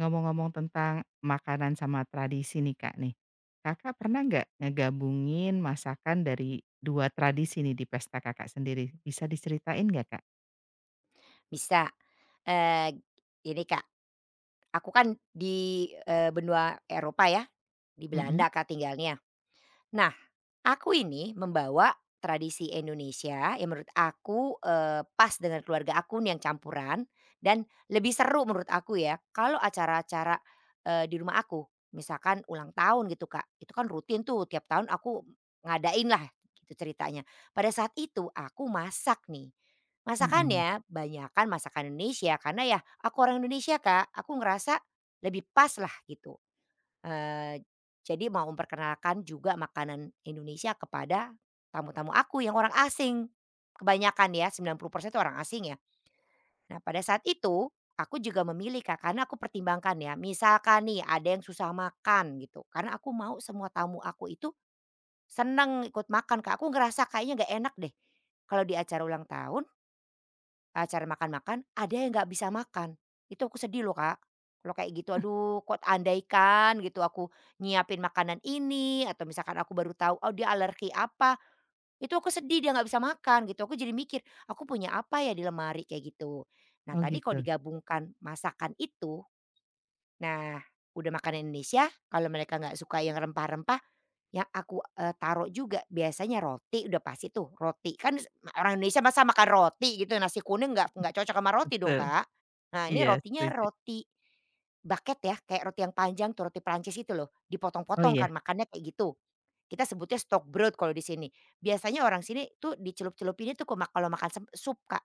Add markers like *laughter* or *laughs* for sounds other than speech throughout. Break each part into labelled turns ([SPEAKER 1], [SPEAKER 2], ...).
[SPEAKER 1] Ngomong-ngomong tentang makanan sama tradisi nih Kak nih, Kakak pernah nggak ngegabungin masakan dari 2 tradisi nih di pesta Kakak sendiri? Bisa diceritain nggak Kak?
[SPEAKER 2] Bisa, eee, ini Kak, aku kan di, benua Eropa ya, di
[SPEAKER 1] Mhm.
[SPEAKER 2] Belanda Kak tinggalnya. Nah, aku ini membawa tradisi Indonesia yang menurut aku, pas dengan keluarga aku nih yang campuran dan lebih seru menurut aku ya kalau acara-acara, di rumah aku. Misalkan ulang tahun gitu, Kak, itu kan rutin tuh tiap tahun aku ngadain lah gitu ceritanya. Pada saat itu aku masak nih,
[SPEAKER 1] Mhm.
[SPEAKER 2] masakannya banyakan masakan Indonesia karena ya aku orang Indonesia, Kak, aku ngerasa lebih pas lah gitu. Eee, jadi mau memperkenalkan juga makanan Indonesia kepada tamu-tamu aku yang orang asing. Kebanyakan ya 90% itu orang asing ya. Nah, pada saat itu aku juga memilih Kak, karena aku pertimbangkan ya misalkan nih ada yang susah makan gitu, karena aku mau semua tamu aku itu seneng ikut makan Kak, aku ngerasa kayaknya nggak enak deh kalau di acara ulang tahun. Acara makan-makan, ada yang nggak bisa makan. Itu aku sedih loh, Kak. Kalau kayak gitu, aduh kok andaikan gitu aku nyiapin makanan ini atau misalkan aku baru tahu, oh dia alergi apa, itu aku sedih dia nggak bisa makan gitu. Aku jadi mikir, aku punya apa ya di lemari kayak gitu. Nah
[SPEAKER 1] Oh
[SPEAKER 2] tadi kalau
[SPEAKER 1] gitu.
[SPEAKER 2] digabungkan masakan itu, nah udah makanan Indonesia, kalau mereka nggak suka yang rempah-rempah yang aku, taruh juga biasanya roti udah pasti tuh roti, kan orang Indonesia masa makan roti gitu, nasi kuning nggak cocok sama roti dong,
[SPEAKER 1] Betul,
[SPEAKER 2] Kak. Nah ini
[SPEAKER 1] iya
[SPEAKER 2] rotinya
[SPEAKER 1] setuju.
[SPEAKER 2] roti bucket ya kayak roti yang panjang tuh roti Perancis itu loh,
[SPEAKER 1] Oh
[SPEAKER 2] dipotong-potong
[SPEAKER 1] iya?
[SPEAKER 2] kan makannya kayak gitu. Kita sebutnya Stock bread kalau di sini. Biasanya orang sini tuh dicelup-celupinnya tuh ke ma kalau makan sup, Kak.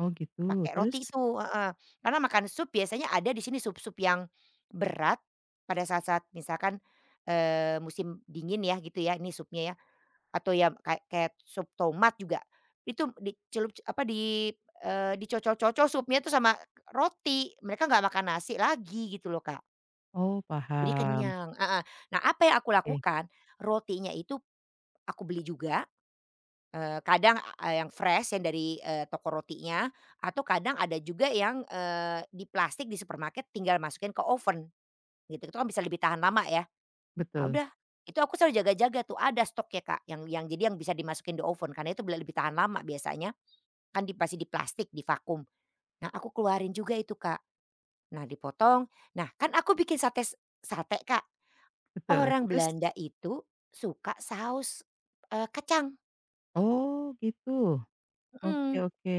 [SPEAKER 1] Oh gitu,
[SPEAKER 2] Pakai
[SPEAKER 1] terus?
[SPEAKER 2] roti itu, heeh. Karena makan sup biasanya ada di sini sup-sup yang berat pada saat-saat misalkan, musim dingin ya gitu ya, ini supnya ya, atau ya kayak kayak sup tomat juga, itu dicelup apa di eee, dicocol-cocol supnya itu sama roti, mereka nggak makan nasi lagi gitu loh, Kak.
[SPEAKER 1] Oh
[SPEAKER 2] Jadi
[SPEAKER 1] paham,
[SPEAKER 2] kenyang, heeh. Nah apa yang aku
[SPEAKER 1] oke,
[SPEAKER 2] lakukan, rotinya itu aku beli juga. Kadang, yang fresh yang dari, toko rotinya, atau kadang ada juga yang, di plastik di supermarket tinggal masukin ke oven gitu, itu kan bisa lebih tahan lama ya. Nah
[SPEAKER 1] betul
[SPEAKER 2] udah, itu aku selalu jaga-jaga tuh ada stoknya Kak yang jadi yang bisa dimasukin di oven karena itu lebih tahan lama biasanya, kan pasti di plastik, di vakum. Nah aku keluarin juga itu Kak. Nah dipotong, nah kan aku bikin sate sate Kak,
[SPEAKER 1] betul,
[SPEAKER 2] orang
[SPEAKER 1] terus?
[SPEAKER 2] Belanda itu suka saus, kacang,
[SPEAKER 1] Oh gitu, oke
[SPEAKER 2] mhm.
[SPEAKER 1] oke,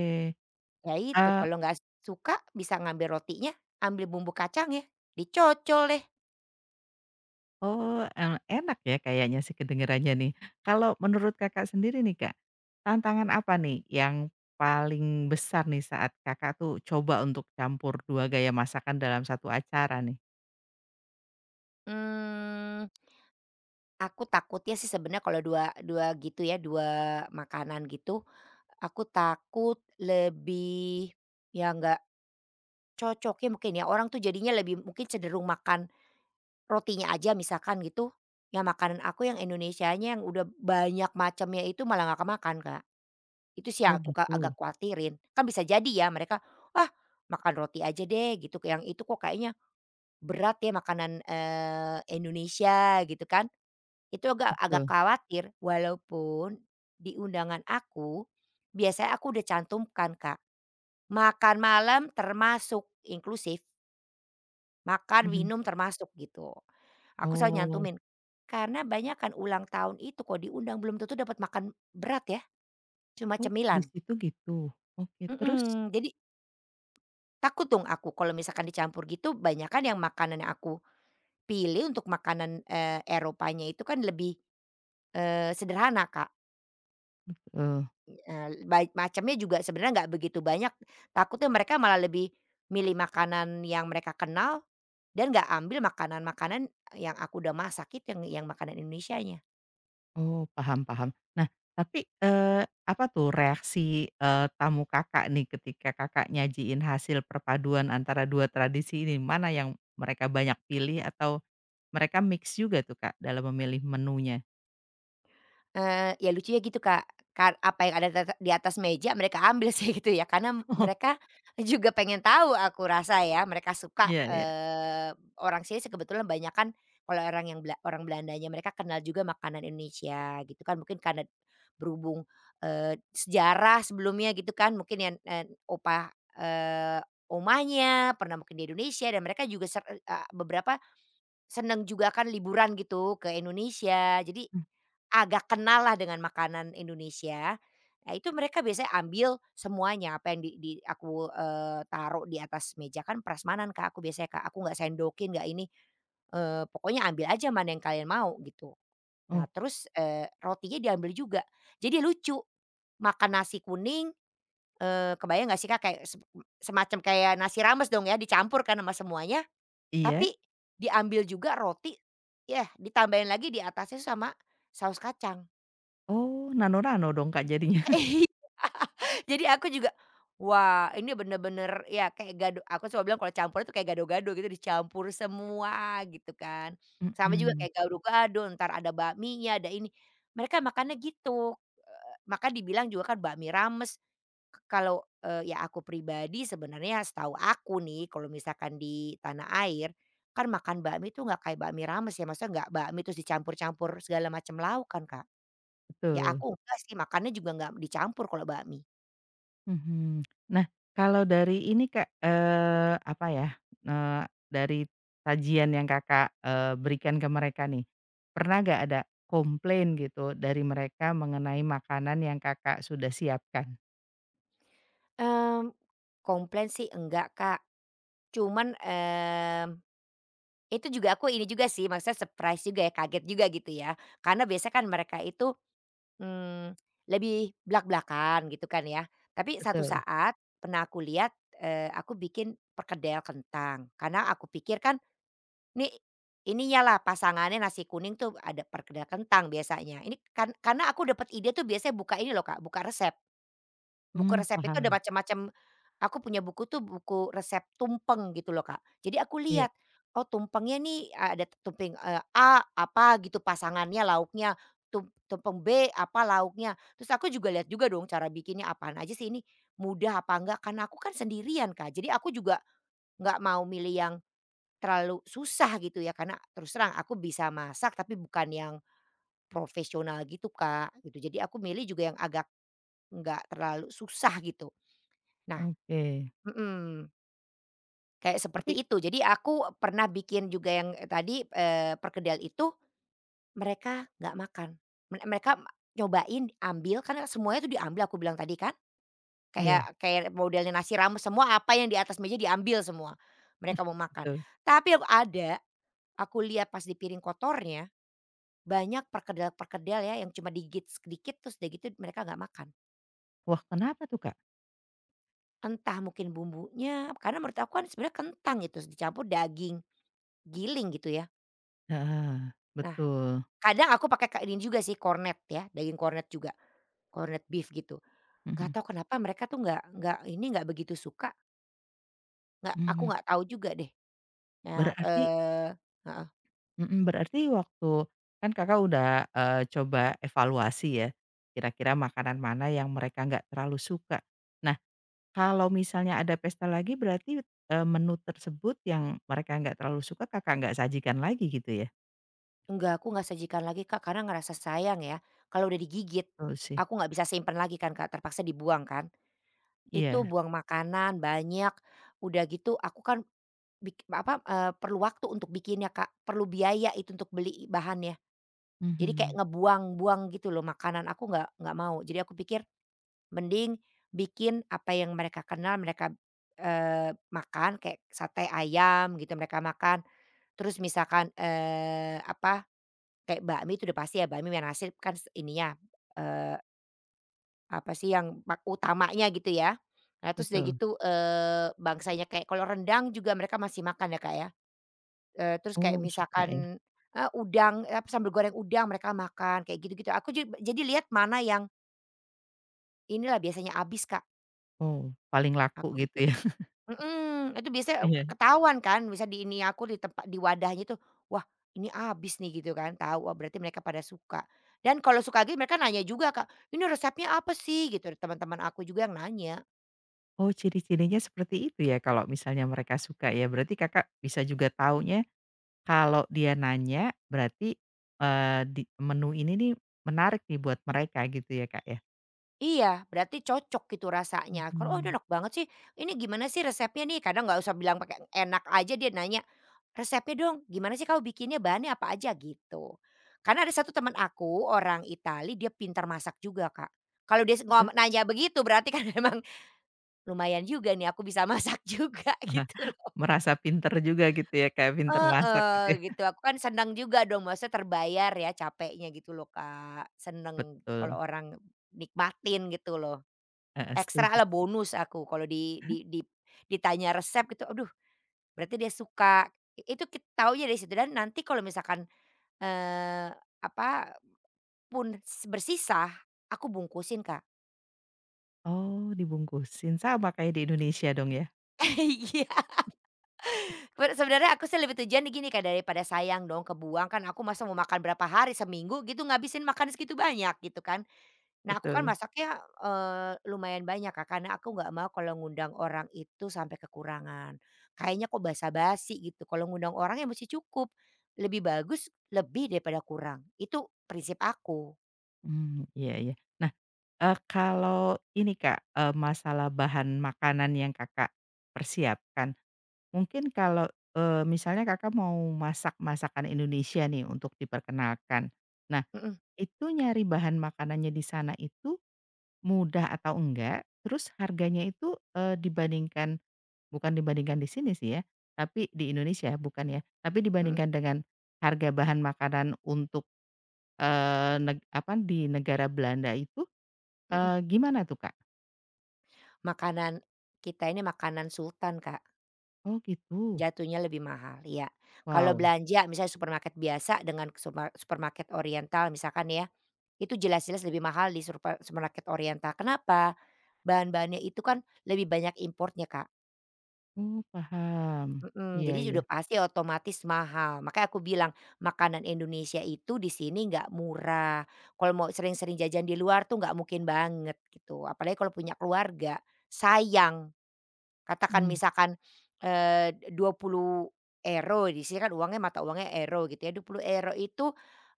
[SPEAKER 2] Ya itu,
[SPEAKER 1] eee
[SPEAKER 2] kalau nggak suka bisa ngambil rotinya, ambil bumbu kacangnya, dicocol deh.
[SPEAKER 1] Oh, enak ya kayaknya sih kedengerannya nih. Kalau menurut Kakak sendiri nih, Kak, tantangan apa nih yang paling besar nih saat Kakak tuh coba untuk campur 2 gaya masakan dalam satu acara nih?
[SPEAKER 2] Mmm, aku takutnya sih sebenarnya kalau dua dua gitu ya, dua makanan gitu, aku takut lebih ya nggak cocoknya mungkin ya, orang tuh jadinya lebih mungkin cenderung makan rotinya aja misalkan gitu, ya makanan aku yang Indonesianya yang udah banyak macamnya itu malah nggak kemakan, Kak. Itu sih
[SPEAKER 1] Oh
[SPEAKER 2] yang aku
[SPEAKER 1] gitu?
[SPEAKER 2] agak khawatirin. Kan bisa jadi ya mereka, "Ah, makan roti aja deh," gitu, "yang itu kok kayaknya berat ya makanan, Indonesia," gitu kan. Itu agak
[SPEAKER 1] Betul,
[SPEAKER 2] agak
[SPEAKER 1] mhm.
[SPEAKER 2] khawatir walaupun di undangan aku, biasanya aku udah cantumkan, Kak, makan malam termasuk inklusif, makan,
[SPEAKER 1] Mhm.
[SPEAKER 2] minum termasuk gitu. Aku selalu
[SPEAKER 1] Oh,
[SPEAKER 2] nyantumin, karena banyak kan ulang tahun itu kok diundang belum tentu dapat makan berat ya, cuma
[SPEAKER 1] oh di
[SPEAKER 2] cemilan.
[SPEAKER 1] situ gitu? Oke, terus?
[SPEAKER 2] Mhm, jadi takut dong aku kalau misalkan dicampur gitu banyakan yang makanan yang aku pilih untuk makanan, Eropanya itu kan lebih, sederhana, Kak,
[SPEAKER 1] Betul.
[SPEAKER 2] baik macamnya juga sebenarnya nggak begitu banyak, takutnya mereka malah lebih milih makanan yang mereka kenal dan nggak ambil makanan-makanan yang aku udah masak itu yang makanan Indonesianya.
[SPEAKER 1] Oh, paham paham. Nah, tapi, apa tuh reaksi, tamu Kakak nih ketika Kakak nyajiin hasil perpaduan antara 2 tradisi ini, mana yang mereka banyak pilih atau mereka mix juga tuh, Kak, dalam memilih menunya?
[SPEAKER 2] Ya lucunya gitu, Kak. Apa yang ada di atas meja mereka ambil sih gitu ya, karena
[SPEAKER 1] *laughs* Oh.
[SPEAKER 2] mereka juga pengen tahu aku rasa ya, mereka suka,
[SPEAKER 1] Iya iya.
[SPEAKER 2] orang sini sih kebetulan banyakan kalau orang yang bela orang Belandanya mereka kenal juga makanan Indonesia gitu kan, mungkin karena berhubung, sejarah sebelumnya gitu kan, mungkin yang, opa, omanya pernah mungkin di Indonesia dan mereka juga beberapa seneng juga kan liburan gitu ke Indonesia. Jadi agak kenal lah dengan makanan Indonesia. Nah itu mereka biasanya ambil semuanya apa yang di aku, taruh di atas meja, kan prasmanan Kak, aku biasanya Kak, aku nggak sendokin nggak ini, pokoknya ambil aja mana yang kalian mau gitu. Nah
[SPEAKER 1] Oh,
[SPEAKER 2] terus, rotinya diambil juga. Jadi lucu makan nasi kuning, kebayang nggak sih Kak kayak semacam kayak nasi rames dong ya dicampur kan sama semuanya,
[SPEAKER 1] iya?
[SPEAKER 2] tapi diambil juga roti, ya ditambahin lagi di atasnya sama saus kacang.
[SPEAKER 1] Oh, nano-nano dong, Kak, jadinya.
[SPEAKER 2] *laughs*
[SPEAKER 1] *laughs*
[SPEAKER 2] Iya. Jadi aku juga, wah ini bener-bener ya kayak gado aku suka bilang kalau campur itu kayak gado-gado gitu dicampur semua gitu kan. Sama juga
[SPEAKER 1] Mhm,
[SPEAKER 2] kayak gado-gado, entar ada bakminya, ada ini. Mereka makannya gitu, maka dibilang juga kan bakmi rames. Kalau, ya aku pribadi sebenarnya setahu aku nih kalau misalkan di tanah air, kan makan bakmi itu nggak kayak bakmi rames ya, maksudnya nggak bakmi terus dicampur-campur segala macam lauk kan, Kak. Ya
[SPEAKER 1] betul.
[SPEAKER 2] aku enggak sih, makannya juga enggak dicampur kalau bakmi.
[SPEAKER 1] Mhm. Nah, kalau dari ini Kak, eee, apa ya, eee, dari sajian yang Kakak, berikan ke mereka nih, pernah nggak ada komplain gitu dari mereka mengenai makanan yang Kakak sudah siapkan?
[SPEAKER 2] Mmm, Komplain sih enggak, Kak. Cuman, itu juga aku ini juga sih, maksudnya surprise juga ya, kaget juga gitu ya. Karena biasanya kan mereka itu, mmm, lebih blak-blakan gitu kan ya. Tapi satu
[SPEAKER 1] Betul.
[SPEAKER 2] saat pernah aku lihat, aku bikin perkedel kentang. Karena aku pikir kan nih ininya lah pasangannya nasi kuning tuh ada perkedel kentang biasanya. Ini kan karena aku dapat ide tuh biasanya buka ini loh, Kak, buka resep. Buku
[SPEAKER 1] Mmm,
[SPEAKER 2] resep itu ada
[SPEAKER 1] paham.
[SPEAKER 2] macam-macam, aku punya buku tuh buku resep tumpeng gitu loh, Kak. Jadi aku
[SPEAKER 1] Iya.
[SPEAKER 2] lihat, oh tumpengnya nih ada tumpeng, A apa gitu pasangannya lauknya, tumpeng B apa lauknya. Terus aku juga lihat juga dong cara bikinnya apaan aja sih ini, mudah apa enggak, karena aku kan sendirian, Kak. Jadi aku juga nggak mau milih yang terlalu susah gitu ya, karena terus terang aku bisa masak tapi bukan yang profesional gitu, Kak, gitu. Jadi aku milih juga yang agak nggak terlalu susah gitu. Nah,
[SPEAKER 1] Oke.
[SPEAKER 2] mhm, kayak
[SPEAKER 1] Tapi
[SPEAKER 2] seperti itu. Jadi aku pernah bikin juga tadi, perkedel itu mereka nggak makan. Mereka nyobain, ambil, karena semuanya tuh diambil aku bilang tadi kan.
[SPEAKER 1] iya,
[SPEAKER 2] Kayak kayak modelnya nasi rames, semua apa yang di atas meja diambil semua, mereka mau
[SPEAKER 1] *laughs*
[SPEAKER 2] makan.
[SPEAKER 1] betul.
[SPEAKER 2] Tapi aku ada, aku lihat pas di piring kotornya banyak perkedel-perkedel ya yang cuma digigit sedikit terus udah gitu mereka nggak makan.
[SPEAKER 1] Wah, kenapa tuh, Kak?
[SPEAKER 2] Entah mungkin bumbunya, karena menurut aku kan sebenarnya kentang itu dicampur daging giling gitu ya.
[SPEAKER 1] Heeh,
[SPEAKER 2] Nah,
[SPEAKER 1] betul.
[SPEAKER 2] kadang aku pakai ini juga sih kornet ya, daging kornet juga, kornet beef gitu. Nggak
[SPEAKER 1] Mhm.
[SPEAKER 2] tahu kenapa mereka tuh nggak ini, nggak begitu suka, nggak aku
[SPEAKER 1] Mmm,
[SPEAKER 2] nggak tahu juga deh. Nah,
[SPEAKER 1] berarti
[SPEAKER 2] heeh,
[SPEAKER 1] mhm, berarti waktu kan Kakak udah, coba evaluasi ya, kira-kira makanan mana yang mereka nggak terlalu suka. Nah, kalau misalnya ada pesta lagi berarti, menu tersebut yang mereka nggak terlalu suka Kakak nggak sajikan lagi gitu ya?
[SPEAKER 2] enggak aku nggak sajikan lagi Kak, karena ngerasa sayang ya, kalau udah digigit
[SPEAKER 1] Betul sih,
[SPEAKER 2] aku nggak bisa simpen lagi kan Kak, terpaksa dibuang kan. Itu
[SPEAKER 1] iya,
[SPEAKER 2] buang makanan banyak, udah gitu aku kan perlu waktu untuk bikinnya Kak, perlu biaya itu untuk beli bahannya. Jadi kayak
[SPEAKER 1] mhm,
[SPEAKER 2] ngebuang-buang gitu loh makanan, aku nggak mau. Jadi aku pikir mending bikin apa yang mereka kenal, mereka, makan kayak sate ayam gitu mereka makan, terus misalkan, apa, kayak bakmi itu udah pasti ya bakmi yang nasi kan ininya, eee, apa sih yang pak utamanya gitu ya. Nah terus udah
[SPEAKER 1] betul.
[SPEAKER 2] gitu, bangsanya kayak kalau rendang juga mereka masih makan ya, Kak, ya, terus kayak
[SPEAKER 1] Oh suka ya?
[SPEAKER 2] misalkan udang, apa sambal goreng udang mereka makan kayak gitu-gitu. Aku jadi lihat mana yang inilah biasanya habis, Kak,
[SPEAKER 1] Oh, paling laku
[SPEAKER 2] aku
[SPEAKER 1] gitu
[SPEAKER 2] bikin.
[SPEAKER 1] ya? *laughs*
[SPEAKER 2] Mhm, itu biasanya
[SPEAKER 1] Iya.
[SPEAKER 2] ketahuan kan, bisa di ini aku di tempat di wadahnya tuh, wah ini abis nih gitu kan, tahu, wah berarti mereka pada suka. Dan kalau suka lagi mereka nanya juga, Kak, "Ini resepnya apa sih?" Gitu, teman-teman aku juga yang nanya.
[SPEAKER 1] Oh ciri-cirinya seperti itu ya kalau misalnya mereka suka ya, berarti Kakak bisa juga taunya kalau dia nanya berarti, di menu ini nih menarik nih buat mereka gitu ya, Kak, ya?
[SPEAKER 2] Iya, berarti cocok gitu rasanya. Kalau, "Oh, ini
[SPEAKER 1] Mhm,
[SPEAKER 2] enak banget sih, ini gimana sih resepnya nih?" Kadang nggak usah bilang pakai enak aja dia nanya, "Resepnya dong, gimana sih kamu bikinnya, bahannya apa aja?" Gitu. Karena ada satu teman aku orang Itali, dia pintar masak juga, Kak. Kalau dia s ngom
[SPEAKER 1] terus?
[SPEAKER 2] nanya begitu berarti kan *laughs* memang lumayan juga nih aku bisa masak juga *laughs*
[SPEAKER 1] Wah,
[SPEAKER 2] gitu loh.
[SPEAKER 1] merasa pinter juga gitu ya, Kak, pinter masak gitu
[SPEAKER 2] Heeh,
[SPEAKER 1] ya?
[SPEAKER 2] gitu aku kan senang juga dong maksudnya terbayar ya capeknya gitu loh Kak, seneng
[SPEAKER 1] Betul,
[SPEAKER 2] kalau orang nikmatin gitu loh.
[SPEAKER 1] heeh,
[SPEAKER 2] Ekstra
[SPEAKER 1] setuju
[SPEAKER 2] lah
[SPEAKER 1] sih.
[SPEAKER 2] bonus aku kalau di ditanya resep gitu, aduh berarti dia suka. Itu taunya dari situ dan nanti kalau misalkan, eee, apa pun bersisa, aku bungkusin Kak.
[SPEAKER 1] Oh, dibungkusin sama kayak di Indonesia dong ya?
[SPEAKER 2] *laughs* Iya. Sebenarnya aku sih lebih tujuan di gini, Kak, daripada sayang dong kebuang kan aku masa mau makan berapa hari, seminggu gitu ngabisin makan segitu banyak gitu kan. Nah aku kan
[SPEAKER 1] Betul,
[SPEAKER 2] masaknya, lumayan banyak, Kak, karena aku nggak mau kalau ngundang orang itu sampai kekurangan. Kayaknya kok basa-basi gitu, kalau ngundang orang ya mesti cukup, lebih bagus lebih daripada kurang, itu prinsip aku.
[SPEAKER 1] mmm, iya iya. Nah, kalau ini, Kak, masalah bahan makanan yang Kakak persiapkan, mungkin kalau, misalnya Kakak mau masak masakan Indonesia nih untuk diperkenalkan. Nah,
[SPEAKER 2] Mhm,
[SPEAKER 1] itu nyari bahan makanannya di sana itu mudah atau enggak? Terus harganya itu, dibandingkan bukan dibandingkan di sini sih ya, tapi di Indonesia bukan ya, tapi
[SPEAKER 2] mhm,
[SPEAKER 1] dibandingkan dengan harga bahan makanan untuk, di negara Belanda itu,
[SPEAKER 2] mhm.
[SPEAKER 1] gimana tuh, Kak?
[SPEAKER 2] Makanan kita ini makanan sultan, Kak.
[SPEAKER 1] Oh gitu.
[SPEAKER 2] Jatuhnya lebih mahal, iya. Kalau
[SPEAKER 1] Wow.
[SPEAKER 2] belanja misalnya supermarket biasa dengan supermarket oriental misalkan ya, itu jelas-jelas lebih mahal di supermarket oriental. Kenapa? Bahan-bahannya itu kan lebih banyak importnya, Kak.
[SPEAKER 1] Oh paham.
[SPEAKER 2] Mhm,
[SPEAKER 1] Iya
[SPEAKER 2] jadi
[SPEAKER 1] iya.
[SPEAKER 2] sudah pasti otomatis mahal. Makanya aku bilang makanan Indonesia itu di sini nggak murah. Kalau mau sering-sering jajan di luar tuh nggak mungkin banget gitu, apalagi kalau punya keluarga, sayang. Katakan
[SPEAKER 1] Mhm.
[SPEAKER 2] misalkan, 20 euro di sini kan mata uangnya euro gitu ya, 20 euro itu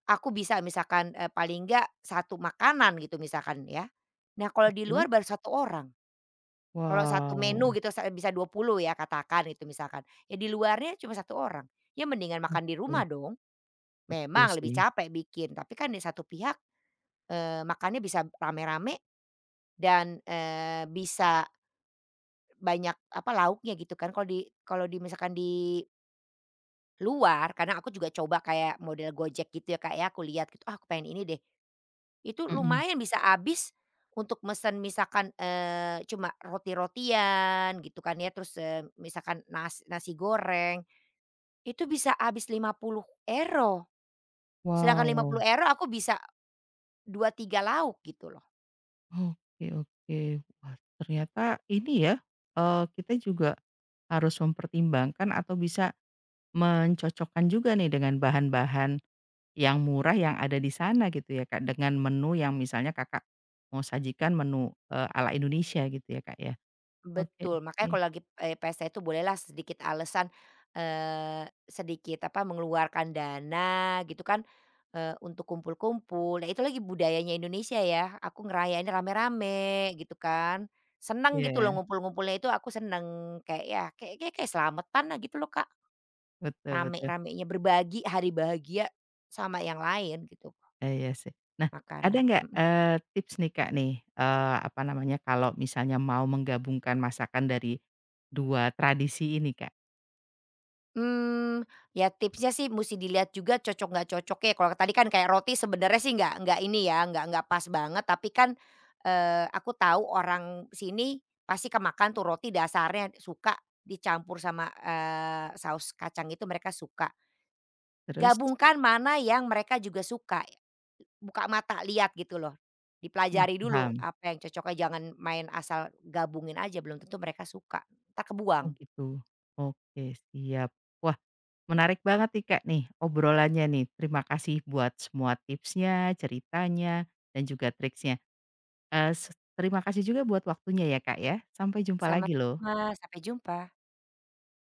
[SPEAKER 2] aku bisa misalkan, paling enggak satu makanan gitu misalkan ya. Nah kalau di
[SPEAKER 1] Betul?
[SPEAKER 2] luar baru satu orang, kalau satu
[SPEAKER 1] Wow,
[SPEAKER 2] menu gitu bisa 20 ya katakan itu misalkan, ya di luarnya cuma satu orang, ya mendingan makan di
[SPEAKER 1] oke.
[SPEAKER 2] rumah dong.
[SPEAKER 1] Betul
[SPEAKER 2] Memang lebih
[SPEAKER 1] sih.
[SPEAKER 2] capek bikin, tapi kan di satu pihak, makannya bisa rame-rame dan, bisa banyak apa lauknya gitu kan kalau di misalkan di luar, karena aku juga coba kayak model Gojek gitu ya, Kak, ya, aku lihat gitu, "Ah, aku pengen ini deh." Itu
[SPEAKER 1] Mhm.
[SPEAKER 2] lumayan bisa habis untuk mesen misalkan, cuma roti-rotian gitu kan ya, terus, misalkan nasi goreng, itu bisa habis 50 euro. Sedangkan lima puluh
[SPEAKER 1] Wow,
[SPEAKER 2] euro aku bisa 2 3 lauk gitu loh.
[SPEAKER 1] oke oke. Wah, ternyata ini ya, kita juga harus mempertimbangkan atau bisa mencocokkan juga nih dengan bahan-bahan yang murah yang ada di sana gitu ya, Kak, dengan menu yang misalnya Kakak mau sajikan menu, ala Indonesia gitu ya, Kak, ya? Oke
[SPEAKER 2] Betul, makanya
[SPEAKER 1] oke.
[SPEAKER 2] kalau lagi, pesta itu bolehlah sedikit alasan, sedikit apa, mengeluarkan dana gitu kan, untuk kumpul-kumpul. Nah itu lagi budayanya Indonesia ya, aku ngerayainnya rame-rame gitu kan. Seneng gitu
[SPEAKER 1] Iya,
[SPEAKER 2] loh ngumpul-ngumpulnya itu aku seneng, kayak ya kayak kayak kayak selamatan lah gitu loh Kak,
[SPEAKER 1] betul betul.
[SPEAKER 2] rame-ramenya berbagi hari bahagia sama yang lain gitu,
[SPEAKER 1] Eh, iya sih. Nah, ada
[SPEAKER 2] makanan,
[SPEAKER 1] nggak,
[SPEAKER 2] mhm.
[SPEAKER 1] tips nih Kak nih, apa namanya, kalau misalnya mau menggabungkan masakan dari 2 tradisi ini Kak?
[SPEAKER 2] Mmm, ya tipsnya sih musti dilihat juga cocok nggak cocoknya, kalau tadi kan kayak roti sebenarnya sih nggak ini ya, nggak pas banget tapi kan, aku tahu orang sini pasti kemakan tuh roti dasarnya suka dicampur sama, saus kacang itu mereka suka.
[SPEAKER 1] Terus
[SPEAKER 2] Gabungkan mana yang mereka juga suka, buka mata lihat gitu loh,
[SPEAKER 1] mhm,
[SPEAKER 2] dipelajari dulu
[SPEAKER 1] paham.
[SPEAKER 2] apa yang cocoknya jangan main asal gabungin aja belum tentu mereka suka, entar
[SPEAKER 1] Oh
[SPEAKER 2] kebuang.
[SPEAKER 1] gitu. Oke, siap. Wah, menarik banget nih Kak nih, obrolannya nih. Terima kasih buat semua tipsnya, ceritanya, dan juga triksnya. S terima kasih juga buat waktunya ya Kak ya. Sampai jumpa lagi
[SPEAKER 2] Sama-sama,
[SPEAKER 1] loh.
[SPEAKER 2] sampai jumpa.